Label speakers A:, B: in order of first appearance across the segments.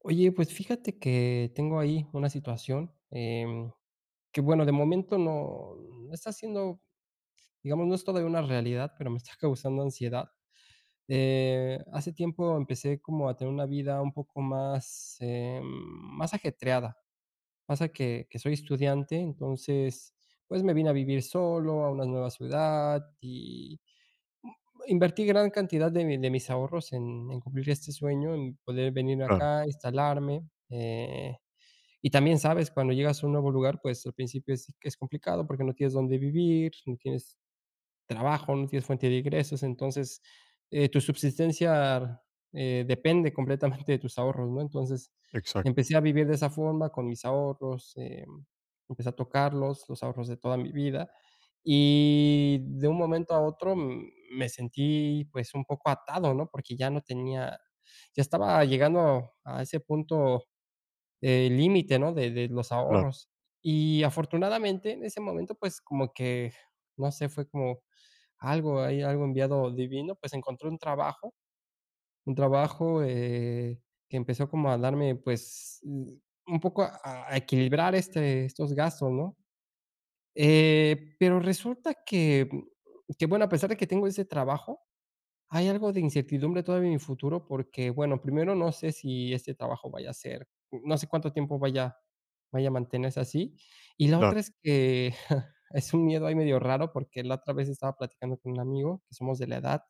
A: Oye, pues fíjate que tengo ahí una situación, que bueno, de momento no está siendo, digamos, no es todavía una realidad, pero me está causando ansiedad. Hace tiempo empecé como a tener una vida un poco más, más ajetreada. Pasa que soy estudiante, entonces, pues, me vine a vivir solo a una nueva ciudad y invertí gran cantidad de mi de mis ahorros en cumplir este sueño, en poder venir
B: Claro,
A: acá, instalarme, y también sabes, cuando llegas a un nuevo lugar, pues al principio es complicado porque no tienes dónde vivir, no tienes trabajo, no tienes fuente de ingresos, entonces tu subsistencia depende completamente de tus ahorros, ¿no? Entonces
B: exacto,
A: empecé a vivir de esa forma con mis ahorros, empecé a tocarlos, los ahorros de toda mi vida y de un momento a otro me sentí pues un poco atado, ¿no? Porque ya no tenía, ya estaba llegando a ese punto límite, ¿no? De los
B: claro,
A: ahorros. Y afortunadamente en ese momento, pues como que, no sé, fue como algo, hay algo enviado divino, pues encontré un trabajo que empezó como a darme, pues, un poco a equilibrar estos gastos, ¿no? Pero resulta que, bueno, a pesar de que tengo ese trabajo, hay algo de incertidumbre todavía en mi futuro porque, bueno, primero no sé si este trabajo vaya a ser, no sé cuánto tiempo vaya a mantenerse así. Y la
B: claro,
A: otra es que es un miedo ahí medio raro porque la otra vez estaba platicando con un amigo que somos de la edad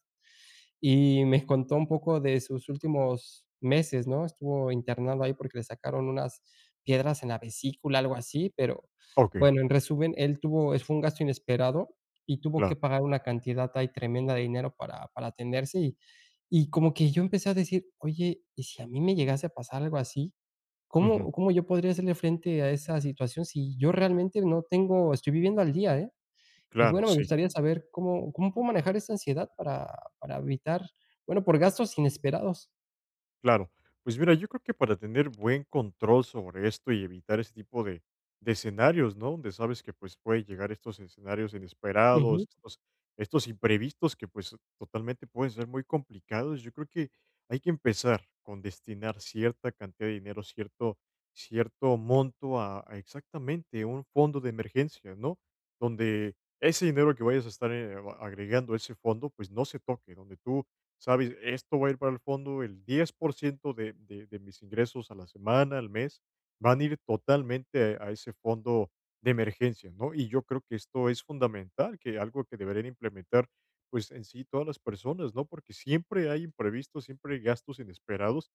A: y me contó un poco de sus últimos meses, ¿no? Estuvo internado ahí porque le sacaron unas piedras en la vesícula, algo así, pero
B: okey,
A: bueno, en resumen, él tuvo es fue un gasto inesperado y tuvo que
B: claro,
A: pagar una cantidad ahí tremenda de dinero para atenderse y como que yo empecé a decir: "Oye, ¿y si a mí me llegase a pasar algo así?
B: ujú,
A: ¿Cómo yo podría hacerle frente a esa situación si yo realmente no tengo estoy viviendo al día?" Y
B: claro,
A: bueno, me
B: sí.
A: gustaría saber cómo puedo manejar esta ansiedad para evitar, bueno, por gastos inesperados.
B: Claro, pues mira, yo creo que para tener buen control sobre esto y evitar ese tipo de escenarios, ¿no? Donde sabes que pues puede llegar estos escenarios inesperados,
A: Ujú,
B: estos imprevistos que pues totalmente pueden ser muy complicados, yo creo que hay que empezar con destinar cierta cantidad de dinero, cierto monto a exactamente un fondo de emergencia, ¿no? Donde ese dinero que vayas a estar agregando a ese fondo, pues no se toque, donde tú ¿sabes? Esto va a ir para el fondo, el 10% de mis ingresos a la semana, al mes, van a ir totalmente a ese fondo de emergencia, ¿no? Y yo creo que esto es fundamental, que algo que deberían implementar, pues en sí todas las personas, ¿no? Porque siempre hay imprevistos, siempre hay gastos inesperados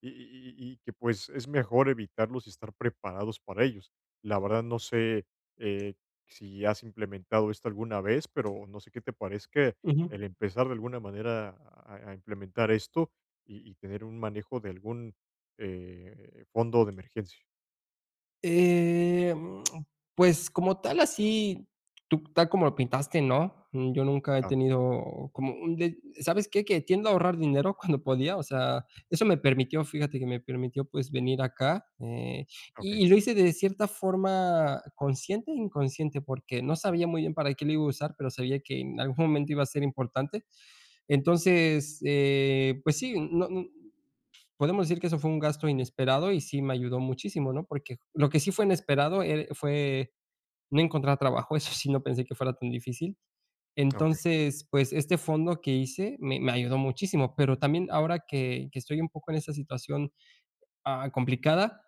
B: y que pues es mejor evitarlos y estar preparados para ellos. La verdad no sé eh, si has implementado esto alguna vez, pero no sé qué te parezca
A: ujú.
B: el empezar de alguna manera a implementar esto y tener un manejo de algún fondo de emergencia.
A: Eh, mm, pues, como tal, así, tú tal como lo pintaste, no, yo nunca he
B: Claro,
A: tenido como un de ¿sabes qué? Que tiendo a ahorrar dinero cuando podía, o sea, eso me permitió, fíjate que me permitió, pues, venir acá,
B: ok,
A: y lo hice de cierta forma consciente e inconsciente, porque no sabía muy bien para qué lo iba a usar, pero sabía que en algún momento iba a ser importante. Entonces, pues sí, no podemos decir que eso fue un gasto inesperado y sí me ayudó muchísimo, ¿no? Porque lo que sí fue inesperado er fue no encontrar trabajo, eso sí no pensé que fuera tan difícil.
B: ok,
A: Entonces, pues, este fondo que hice me ayudó muchísimo, pero también ahora que estoy un poco en esa situación, complicada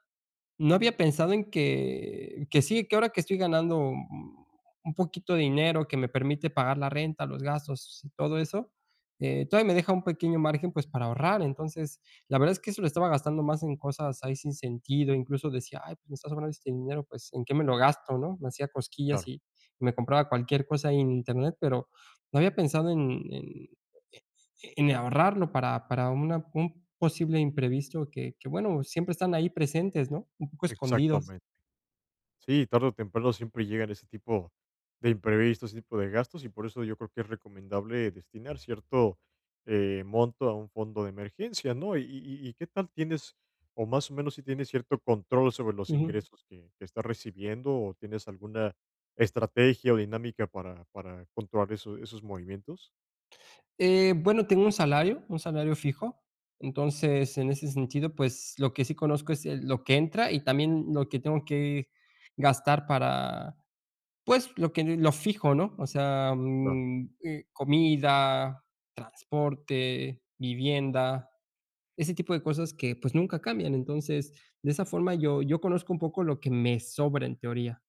A: no había pensado en que sí, que ahora que estoy ganando un poquito de dinero que me permite pagar la renta, los gastos y todo eso, todavía me deja un pequeño margen, pues, para ahorrar. Entonces, la verdad es que eso lo estaba gastando más en cosas ahí sin sentido. Incluso decía: "Ay, pues, me está sobrando este dinero, pues, ¿en qué me lo gasto?", ¿no? Me hacía cosquillas
B: claro,
A: y me compraba cualquier cosa ahí en Internet, pero no había pensado en en ahorrarlo para una un posible imprevisto que, bueno, siempre están ahí presentes, ¿no? Poco escondidos.
B: exactamente. Sí, tarde o temprano siempre llegan ese tipo de imprevistos, ese tipo de gastos, y por eso yo creo que es recomendable destinar cierto monto a un fondo de emergencia, ¿no? ¿Y qué tal tienes, o más o menos si tienes cierto control sobre los
A: Ujú.
B: ingresos que estás recibiendo, o tienes alguna estrategia o dinámica para controlar eso- esos movimientos?
A: Bueno, tengo un salario fijo. Entonces, en ese sentido, pues lo que sí conozco es lo que entra y también lo que tengo que gastar para, pues, lo que lo fijo, ¿no? O sea,
B: Claro.
A: comida, transporte, vivienda, ese tipo de cosas que pues nunca cambian. Entonces, de esa forma yo conozco un poco lo que me sobra en teoría.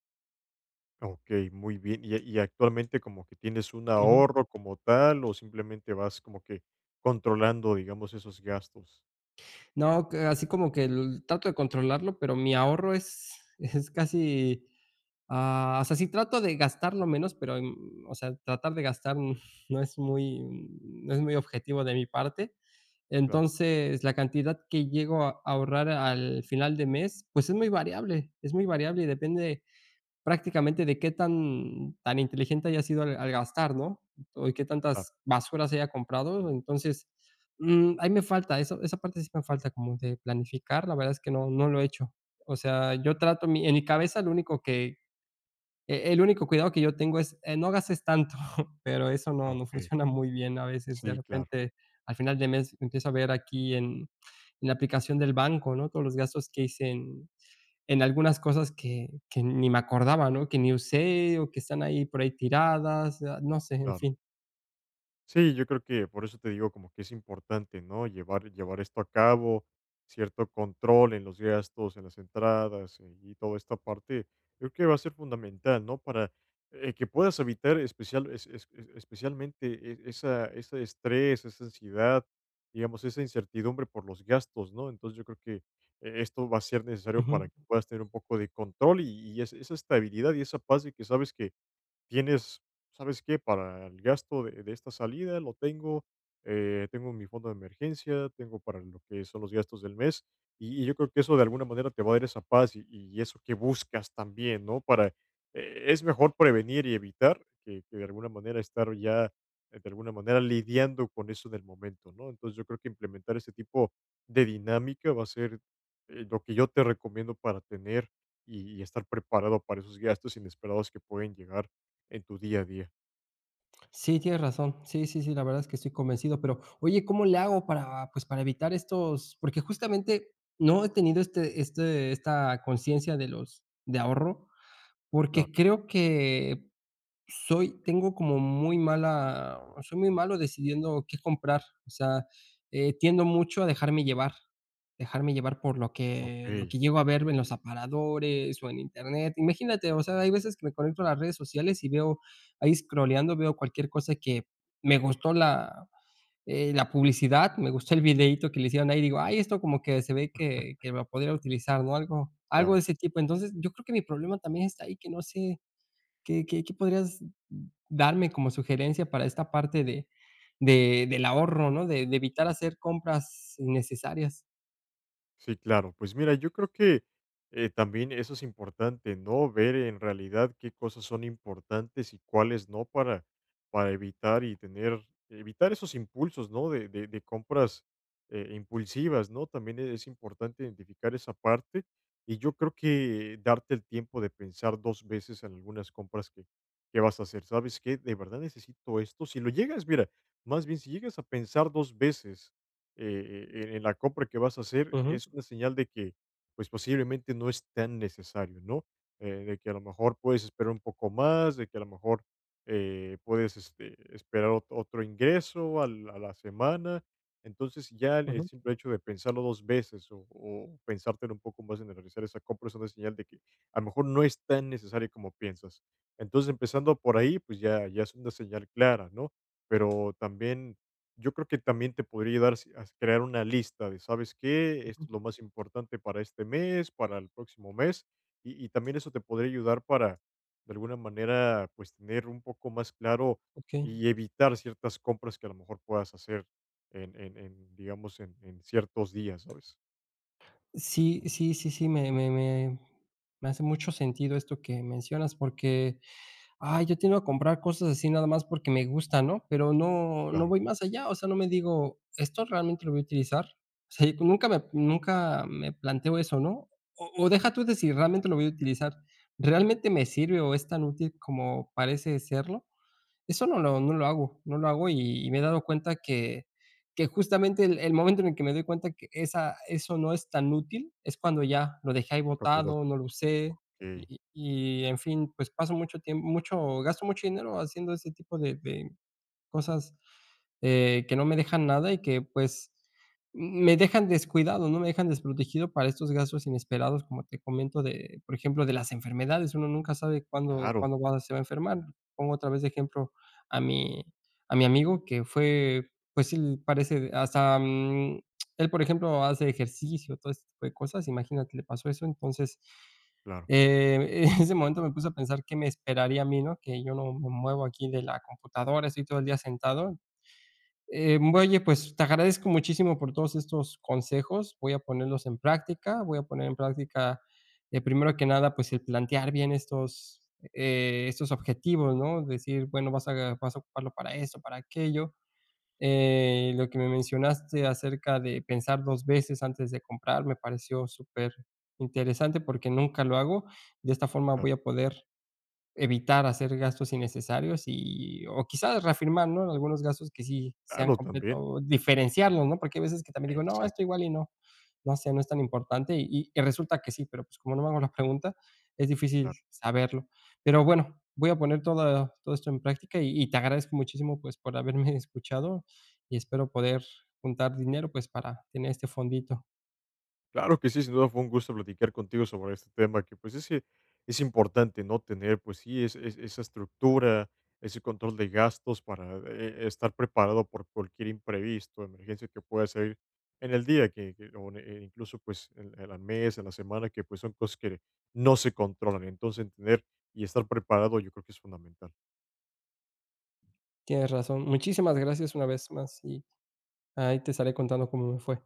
B: Ok, muy bien. Y actualmente como que tienes un ahorro como tal, o simplemente vas como que controlando, digamos, esos gastos?
A: No, que así como que l trato de controlarlo, pero mi ahorro es es casi, o sea, sí trato de gastar lo menos, pero, o sea, tratar de gastar no es muy no es muy objetivo de mi parte.
B: Claro.
A: Entonces, la cantidad que llego a ahorrar al final de mes, pues, es muy variable y depende prácticamente de qué tan inteligente haya sido al gastar, ¿no? O y qué
B: Claro,
A: tantas basuras haya comprado. Entonces, ahí me falta, eso esa parte sí me falta como de planificar, la verdad es que no lo he hecho. O sea, yo trato mi en mi cabeza lo único que el único cuidado que yo tengo es, no gastes tanto, pero eso no
B: okey.
A: funciona muy bien a veces. De
B: Sí, claro,
A: repente, al final de mes empiezo a ver aquí en la aplicación del banco, ¿no? Todos los gastos que hice en algunas cosas que ni me acordaba, ¿no? Que ni usé o que están ahí por ahí tiradas, no sé, en
B: claro.
A: fin.
B: Sí, yo creo que por eso te digo como que es importante, ¿no? Llevar esto a cabo, cierto control en los gastos, en las entradas, y toda esta parte, creo que va a ser fundamental, ¿no? Para, que puedas evitar especial es especialmente e esa ese estrés, esa ansiedad, digamos, esa incertidumbre por los gastos, ¿no? Entonces, yo creo que, esto va a ser necesario
A: Ujú.
B: para que puedas tener un poco de control y esa estabilidad y esa paz de que sabes que tienes, ¿sabes qué? Para el gasto de esta salida lo tengo, tengo mi fondo de emergencia, tengo para lo que son los gastos del mes, y yo creo que eso de alguna manera te va a dar esa paz y eso que buscas también, ¿no? Para, es mejor prevenir y evitar que de alguna manera estar ya, de alguna manera lidiando con eso en el momento, ¿no? Entonces yo creo que implementar ese tipo de dinámica va a ser lo que yo te recomiendo para tener y estar preparado para esos gastos inesperados que pueden llegar en tu día a día,
A: Sí, tienes razón. Sí, sí, sí, la verdad es que estoy convencido, pero oye, ¿cómo le hago para, pues, para evitar estos? Porque justamente no he tenido esta conciencia de ahorro, porque
B: claro.
A: creo que Soy tengo como muy mala soy muy malo decidiendo qué comprar, o sea, tiendo mucho a dejarme llevar por lo que lo
B: Okey,
A: que llego a ver en los aparadores o en Internet. Imagínate, o sea, hay veces que me conecto a las redes sociales y veo ahí scrolleando, veo cualquier cosa que me gustó la publicidad, me gustó el videito que le hicieron ahí, digo: "Ay, esto como que se ve que lo podría utilizar", ¿no? Algo de
B: claro.
A: ese tipo. Entonces, yo creo que mi problema también está ahí, que no sé. ¿Qué podrías darme como sugerencia para esta parte de del ahorro, no? De evitar hacer compras innecesarias.
B: Sí, claro. Pues mira, yo creo que también eso es importante, ¿no? Ver en realidad qué cosas son importantes y cuáles no para, para evitar y tener, evitar esos impulsos, ¿no? De compras impulsivas, ¿no? También es importante identificar esa parte y yo creo que darte el tiempo de pensar dos veces en algunas compras que vas a hacer. ¿Sabes qué? De verdad necesito esto. Si lo llegas, mira, más bien si llegas a pensar dos veces en la compra que vas a hacer
A: Ujú,
B: es una señal de que, pues, posiblemente no es tan necesario, ¿no? De que a lo mejor puedes esperar un poco más, de que a lo mejor puedes esperar otro ingreso al- a la semana. Entonces ya el
A: ujú,
B: simple hecho de pensarlo dos veces o pensártelo un poco más en realizar esa compra es una señal de que a lo mejor no es tan necesario como piensas. Entonces empezando por ahí, pues ya, ya es una señal clara, ¿no? Pero también yo creo que también te podría ayudar a crear una lista de, ¿sabes qué? Esto
A: ujú,
B: es lo más importante para este mes, para el próximo mes, y también eso te podría ayudar para, de alguna manera, pues tener un poco más claro
A: okey.
B: y evitar ciertas compras que a lo mejor puedas hacer digamos, en ciertos días, ¿sabes?
A: Sí, sí, sí, sí, me hace mucho sentido esto que mencionas, porque ay, yo tiendo a comprar cosas así nada más porque me gusta, ¿no? Pero no
B: Claro,
A: voy más allá, o sea, no me digo: "¿Esto realmente lo voy a utilizar?". Sí, nunca me planteo eso, ¿no? O deja tú de si realmente lo voy a utilizar, ¿realmente me sirve o es tan útil como parece serlo? Eso no lo hago, no lo hago y me he dado cuenta que justamente el momento en el que me doy cuenta que esa eso no es tan útil, es cuando ya lo dejé ahí
B: porque los-
A: botado, no lo usé
B: ok,
A: y en fin, pues paso mucho tiempo mucho gasto mucho dinero haciendo ese tipo de cosas, que no me dejan nada y que, pues, me dejan descuidado, ¿no? Me dejan desprotegido para estos gastos inesperados, como te comento, de, por ejemplo, de las enfermedades. Uno nunca sabe cuándo
B: claro,
A: cuándo va se va a enfermar. Pongo otra vez de ejemplo a mi a mi amigo que fue, pues, él parece hasta, él, por ejemplo, hace ejercicio, todo ese tipo de cosas. Imagínate, le pasó eso, entonces
B: claro,
A: en ese momento me puse a pensar qué me esperaría a mí, ¿no? Que yo no me muevo aquí de la computadora, estoy todo el día sentado. Oye, pues te agradezco muchísimo por todos estos consejos, voy a ponerlos en práctica, voy a poner en práctica, primero que nada, pues el plantear bien estos objetivos, ¿no? Decir, bueno, vas a ocuparlo para esto, para aquello. Lo que me mencionaste acerca de pensar 2 veces antes de comprar me pareció súper interesante porque nunca lo hago. De esta forma
B: claro,
A: voy a poder evitar hacer gastos innecesarios y o quizás reafirmar, ¿no?, algunos gastos que sí sean
B: claro,
A: completos
B: también,
A: o diferenciarlos, ¿no? Porque hay veces que también digo: "No, esto
B: exacto.
A: igual y no, no sé, no es tan importante", y resulta que sí, pero, pues, como no me hago la pregunta, es difícil saberlo. Pero bueno, voy a poner todo esto en práctica y te agradezco muchísimo, pues, por haberme escuchado y espero poder juntar dinero, pues, para tener este fondito.
B: Claro que sí, sin duda fue un gusto platicar contigo sobre este tema, que pues es que es importante, ¿no? Tener, pues sí, esa estructura, ese control de gastos para estar preparado por cualquier imprevisto, emergencia que pueda salir en el día, incluso pues en la mes, en, la semana, que pues son cosas que no se controlan. Entonces, tener y estar preparado yo creo que es fundamental.
A: Tienes razón. Muchísimas gracias una vez más y ahí te estaré contando cómo me fue.